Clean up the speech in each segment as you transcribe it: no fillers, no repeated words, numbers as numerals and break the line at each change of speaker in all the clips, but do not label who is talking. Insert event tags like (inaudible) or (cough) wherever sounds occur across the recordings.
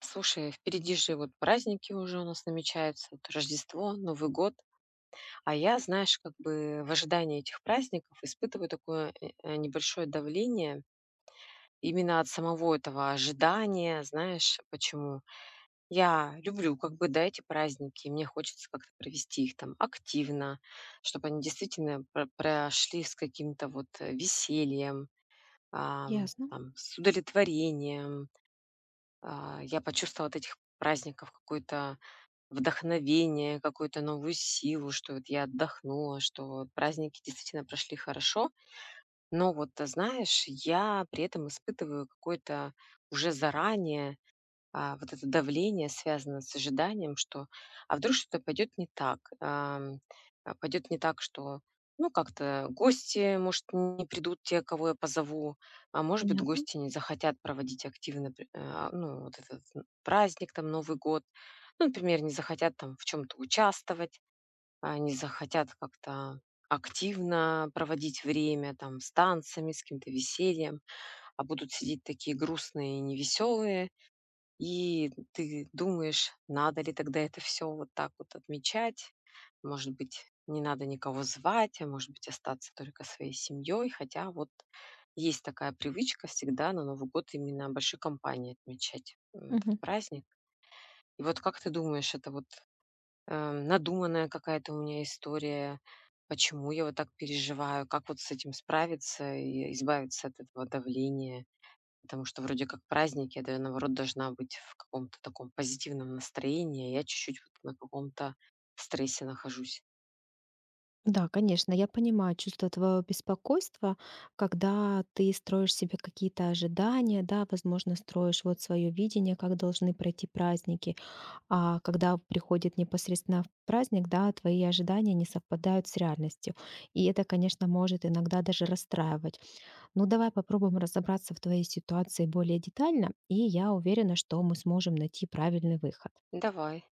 Слушай, впереди же вот праздники уже у нас намечаются, вот Рождество, Новый год. А я, знаешь, как бы в ожидании этих праздников испытываю такое небольшое давление именно от самого этого ожидания, знаешь, почему? Я люблю как бы, да, эти праздники, мне хочется как-то провести их там активно, чтобы они действительно прошли с каким-то вот весельем,
Ясно,
там, с удовлетворением. Я почувствовала от этих праздников какой-то вдохновение, какую-то новую силу, что вот я отдохнула, что вот праздники действительно прошли хорошо. Но вот, знаешь, я при этом испытываю какое-то уже заранее вот это давление связано с ожиданием, что а вдруг что-то пойдет не так, пойдет не так, что ну как-то гости, может, не придут те, кого я позову, а может быть,
понятно.
гости не захотят проводить активно ну, вот этот праздник, там, Новый год, ну, например, не захотят там в чем-то участвовать, не захотят как-то активно проводить время там с танцами, с каким-то весельем, а будут сидеть такие грустные и невеселые, и ты думаешь, надо ли тогда это все вот так вот отмечать. Может быть, не надо никого звать, а может быть, остаться только своей семьей. Хотя вот есть такая привычка всегда на Новый год именно большой компанией отмечать, этот
Мгм.
праздник. И вот как ты думаешь, это вот, надуманная какая-то у меня история? Почему я вот так переживаю? Как вот с этим справиться и избавиться от этого давления? Потому что вроде как праздники, да, я, да, наоборот, должна быть в каком-то таком позитивном настроении, а я чуть-чуть вот на каком-то стрессе нахожусь.
Да, конечно, я понимаю чувство твоего беспокойства, когда ты строишь себе какие-то ожидания, да, возможно, строишь вот свое видение, как должны пройти праздники, а когда приходит непосредственно в праздник, да, твои ожидания не совпадают с реальностью. И это, конечно, может иногда даже расстраивать. Ну, давай попробуем разобраться в твоей ситуации более детально, и я уверена, что мы сможем найти правильный выход.
Давай.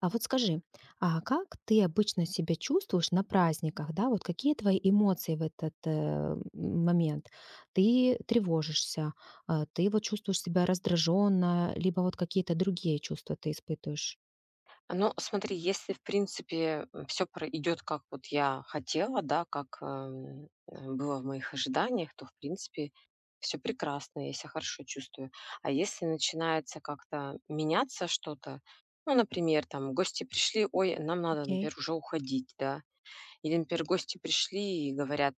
А вот скажи, а как ты обычно себя чувствуешь на праздниках, да? Вот какие твои эмоции в этот момент? Ты тревожишься, ты вот чувствуешь себя раздраженно, либо вот какие-то другие чувства ты испытываешь?
Ну, смотри, если, в принципе, все идет как вот я хотела, да, как было в моих ожиданиях, то, в принципе, все прекрасно, я себя хорошо чувствую. А если начинается как-то меняться что-то, ну, например, там гости пришли, ой, нам надо, например,
Окей.
уже уходить, да, или, например, гости пришли и говорят,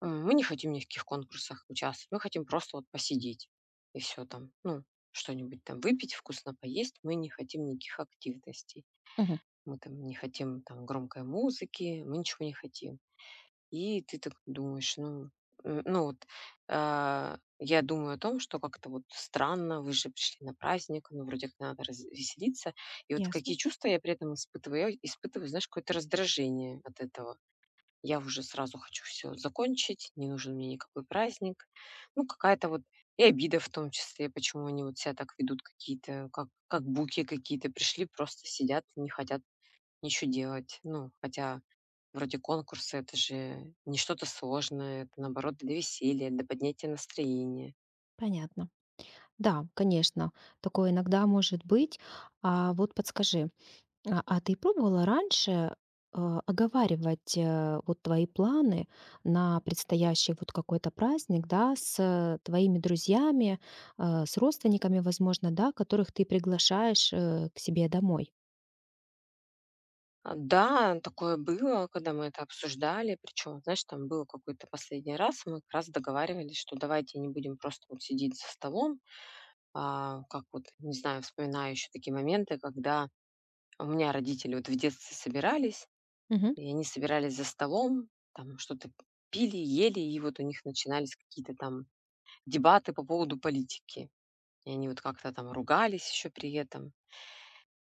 Мы не хотим ни в каких конкурсах участвовать, мы хотим просто вот посидеть и все там. Ну, что-нибудь там выпить, вкусно поесть. Мы не хотим никаких активностей.
Мгм.
Мы не хотим там громкой музыки, мы ничего не хотим. И ты так думаешь, ну, ну вот, я думаю о том, что как-то вот странно, вы же пришли на праздник, ну, вроде как надо развеселиться. И вот
Ясно.
какие чувства я при этом испытываю? Я испытываю, знаешь, какое-то раздражение от этого. Я уже сразу хочу все закончить, не нужен мне никакой праздник. Ну, какая-то вот и обида в том числе, почему они вот себя так ведут, какие-то, как буки какие-то пришли, просто сидят, не хотят ничего делать. Ну, хотя вроде конкурсы — это же не что-то сложное, это, наоборот, для веселья, для поднятия настроения.
Понятно. Да, конечно, такое иногда может быть. А вот подскажи, а ты пробовала раньше, оговаривать, вот твои планы на предстоящий вот какой-то праздник, да, с, твоими друзьями, с родственниками, возможно, да, которых ты приглашаешь, к себе домой?
Да, такое было, когда мы это обсуждали. Причем, знаешь, там был какой-то последний раз, мы как раз договаривались, что давайте не будем просто вот сидеть за столом. Как вот, не знаю, вспоминаю еще такие моменты, когда у меня родители вот в детстве собирались,
Мгм.
и они собирались за столом, там что-то пили, ели, и вот у них начинались какие-то там дебаты по поводу политики. И они вот как-то там ругались еще при этом.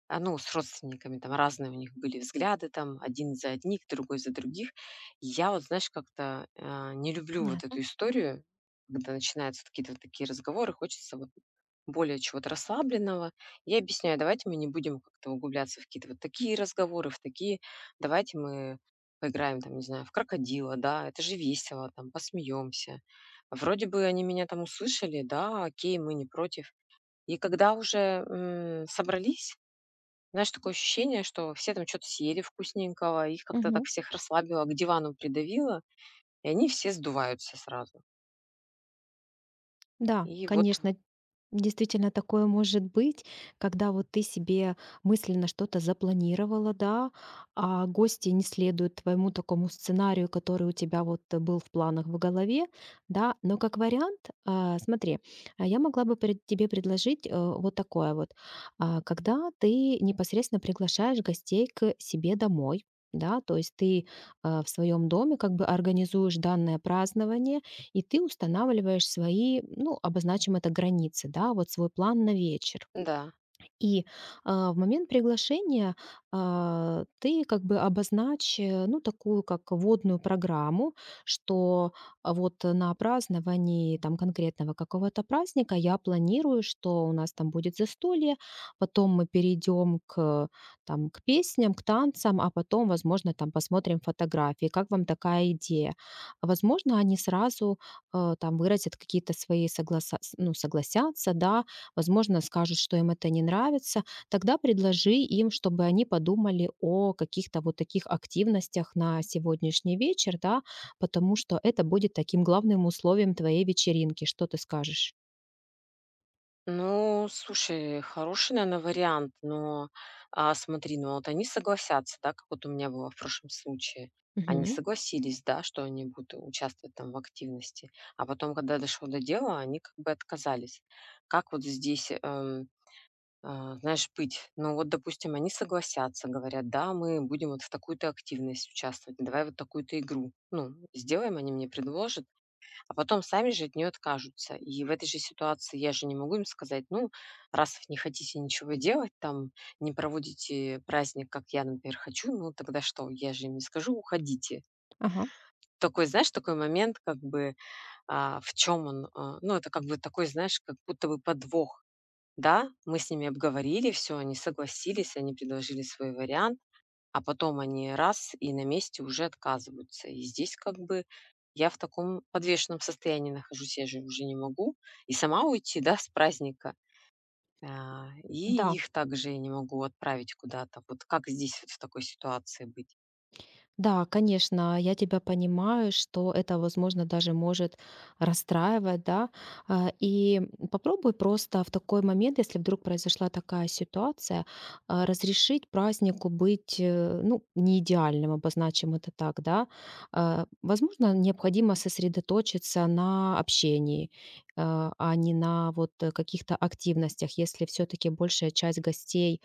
Ну, с родственниками, там разные у них были взгляды, там один за одних, другой за других. И я вот, знаешь, как-то, не люблю вот эту
Понятно.
историю, когда начинаются вот какие-то вот такие разговоры, хочется вот более чего-то расслабленного. Я объясняю: "Давайте мы не будем как-то углубляться в какие-то вот такие разговоры, в такие. Давайте мы поиграем, там, не знаю, в крокодила, да, это же весело, там, посмеемся". Вроде бы они меня там услышали: "Да, окей, мы не против". И когда уже, собрались, знаешь, такое ощущение, что все там что то съели вкусненького, их как-то так всех расслабило, к дивану придавило, и они все сдуваются сразу.
Да,
И вот,
конечно, действительно такое может быть, когда вот ты себе мысленно что-то запланировала, да, а гости не следуют твоему такому сценарию, который у тебя вот был в планах в голове, да. Но как вариант, смотри, я могла бы пред- тебе предложить вот такое вот, когда ты непосредственно приглашаешь гостей к себе домой, да, то есть ты в своем доме как бы организуешь данное празднование, и ты устанавливаешь свои, ну, обозначим это границы, да, вот свой план на вечер.
да.
И, в момент приглашения, ты как бы обозначь, ну, такую как водную программу, что, вот на праздновании там конкретного какого-то праздника я планирую, что у нас там будет застолье, потом мы перейдем к там, к песням, к танцам, а потом, возможно, там посмотрим фотографии. Как вам такая идея? Возможно, они сразу, там выразят какие-то свои согласа с ну, согласятся, да. Возможно, скажут, что им это не нравится. Тогда предложи им, чтобы они подумали о каких-то вот таких активностях на сегодняшний вечер, да, потому что это будет таким главным условием твоей вечеринки. Что ты скажешь?
Ну, слушай, хороший, наверное, вариант, но, смотри, ну вот они согласятся, да, как вот у меня было в прошлом случае. Они
Мгм.
согласились, да, что они будут участвовать там в активности, а потом, когда дошло до дела, они как бы отказались. Как вот здесь, знаешь, быть. Но вот, допустим, они согласятся, говорят, да, мы будем вот в такую-то активность участвовать, давай вот такую-то игру. Ну, сделаем, они мне предложат, а потом сами же от нее откажутся. И в этой же ситуации я же не могу им сказать, ну, раз вы не хотите ничего делать, там, не проводите праздник, как я, например, хочу, ну, тогда что? Я же им не скажу, уходите.
Ага.
Такой, знаешь, такой момент, как бы, а, в чем он, а, ну, это как бы такой, знаешь, как будто бы подвох, да, мы с ними обговорили все, они согласились, они предложили свой вариант, а потом они и на месте уже отказываются. И здесь как бы я в таком подвешенном состоянии нахожусь. Я же уже не могу и сама уйти, да, с праздника, и
Да.
их также я не могу отправить куда-то. Вот как здесь вот в такой ситуации быть?
Да, конечно, я тебя понимаю, что это, возможно, даже может расстраивать, да. И попробуй просто в такой момент, если вдруг произошла такая ситуация, разрешить празднику быть, ну, не идеальным, обозначим это так, да. Возможно, необходимо сосредоточиться на общении, а не на вот каких-то активностях, если все-таки большая часть гостей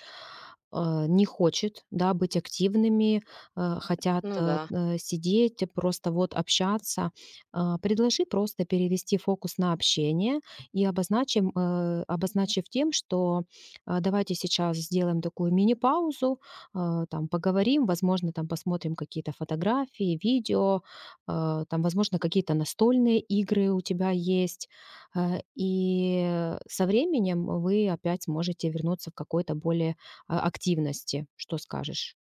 не хочет, да, быть активными, хотят,
Ну да.
сидеть, просто вот общаться, предложи просто перевести фокус на общение и обозначим, обозначив тем, что, давайте сейчас сделаем такую мини-паузу, там поговорим, возможно, там посмотрим какие-то фотографии, видео, там, возможно, какие-то настольные игры у тебя есть. И со временем вы опять сможете вернуться в какой-то более активности. Что скажешь?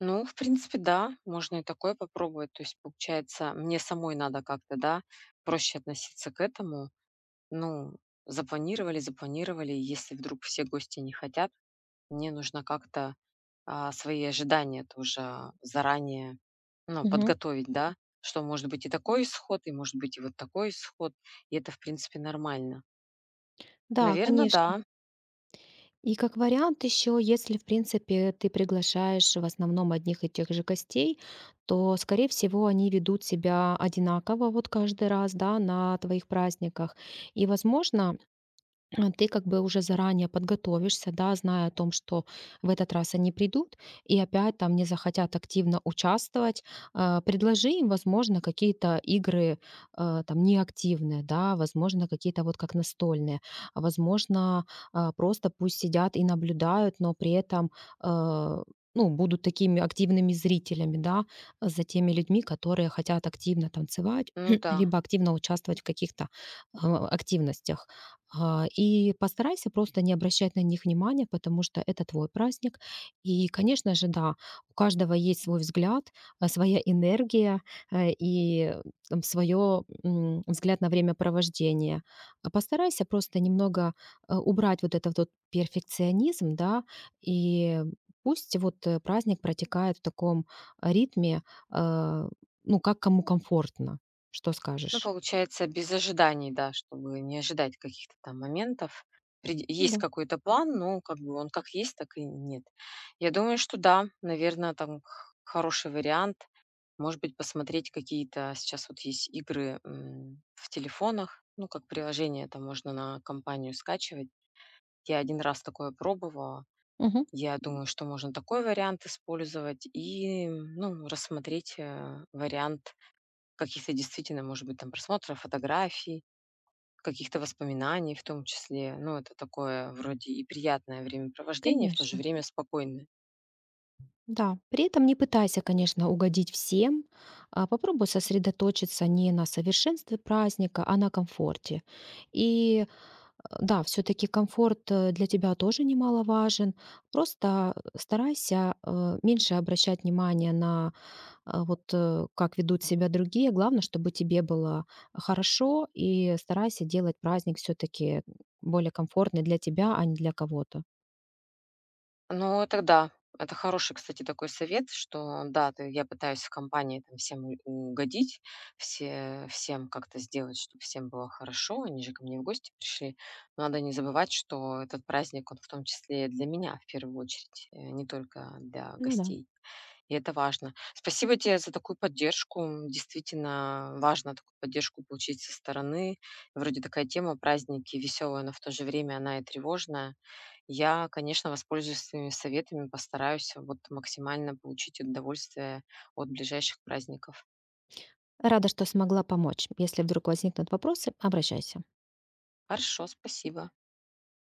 Ну, в принципе, да, можно и такое попробовать. То есть, получается, мне самой надо как-то, да, проще относиться к этому. Ну, запланировали, запланировали. Если вдруг все гости не хотят, мне нужно как-то свои ожидания тоже заранее ну,
Мгм.
подготовить, да, что может быть и такой исход, и может быть и вот такой исход, и это, в принципе, нормально.
Да,
Наверное,
конечно.
да,
И как вариант еще, если, в принципе, ты приглашаешь в основном одних и тех же гостей, то, скорее всего, они ведут себя одинаково вот каждый раз, да, на твоих праздниках. И, возможно, ты как бы уже заранее подготовишься, да, зная о том, что в этот раз они придут и опять там не захотят активно участвовать. Предложи им, возможно, какие-то игры там неактивные, да, возможно, какие-то вот как настольные, а возможно, просто пусть сидят и наблюдают, но при этом а, ну, будут такими активными зрителями, да, за теми людьми, которые хотят активно танцевать,
ну
(clears throat)
да.
либо активно участвовать в каких-то активностях. И постарайся просто не обращать на них внимания, потому что это твой праздник. И, конечно же, да, у каждого есть свой взгляд, своя энергия, и свое взгляд на времяпровождение. А постарайся просто немного, убрать вот этот вот перфекционизм, да, и пусть вот, праздник протекает в таком ритме, э, ну, как кому комфортно. Что
Ну,
скажешь?
получается, без ожиданий, да, чтобы не ожидать каких-то там моментов.
Ну
Есть
да.
какой-то план, но как бы он как есть, так и нет. Я думаю, что да, наверное, там хороший вариант. Может быть, посмотреть какие-то сейчас вот есть игры, в телефонах, ну, как приложение это можно на компанию скачивать. Я один раз такое пробовала.
Мгм.
Я думаю, что можно такой вариант использовать и, ну, рассмотреть, вариант каких-то действительно, может быть, там просмотра фотографий, каких-то воспоминаний в том числе. Ну, это такое вроде и приятное времяпровождение, в то же
Конечно.
время спокойное.
Да, при этом не пытайся, конечно, угодить всем. Попробуй сосредоточиться не на совершенстве праздника, а на комфорте. И да, все-таки комфорт для тебя тоже немаловажен. Просто старайся меньше обращать внимание на как ведут себя другие. Главное, чтобы тебе было хорошо, и старайся делать праздник все-таки более комфортный для тебя, а не для кого-то.
Ну, это да. Это хороший, кстати, такой совет, что да, ты, я пытаюсь в компании там всем угодить, всем как-то сделать, чтобы всем было хорошо. Они же ко мне в гости пришли. Но надо не забывать, что этот праздник, он в том числе и для меня в первую очередь, не только для
Ну да.
гостей. И это важно. Спасибо тебе за такую поддержку. Действительно важно такую поддержку получить со стороны. Вроде такая тема праздники веселая, но в то же время она и тревожная. Я, конечно, воспользуюсь твоими советами, постараюсь вот максимально получить удовольствие от ближайших праздников.
Рада, что смогла помочь. Если вдруг возникнут вопросы, обращайся.
Хорошо, спасибо.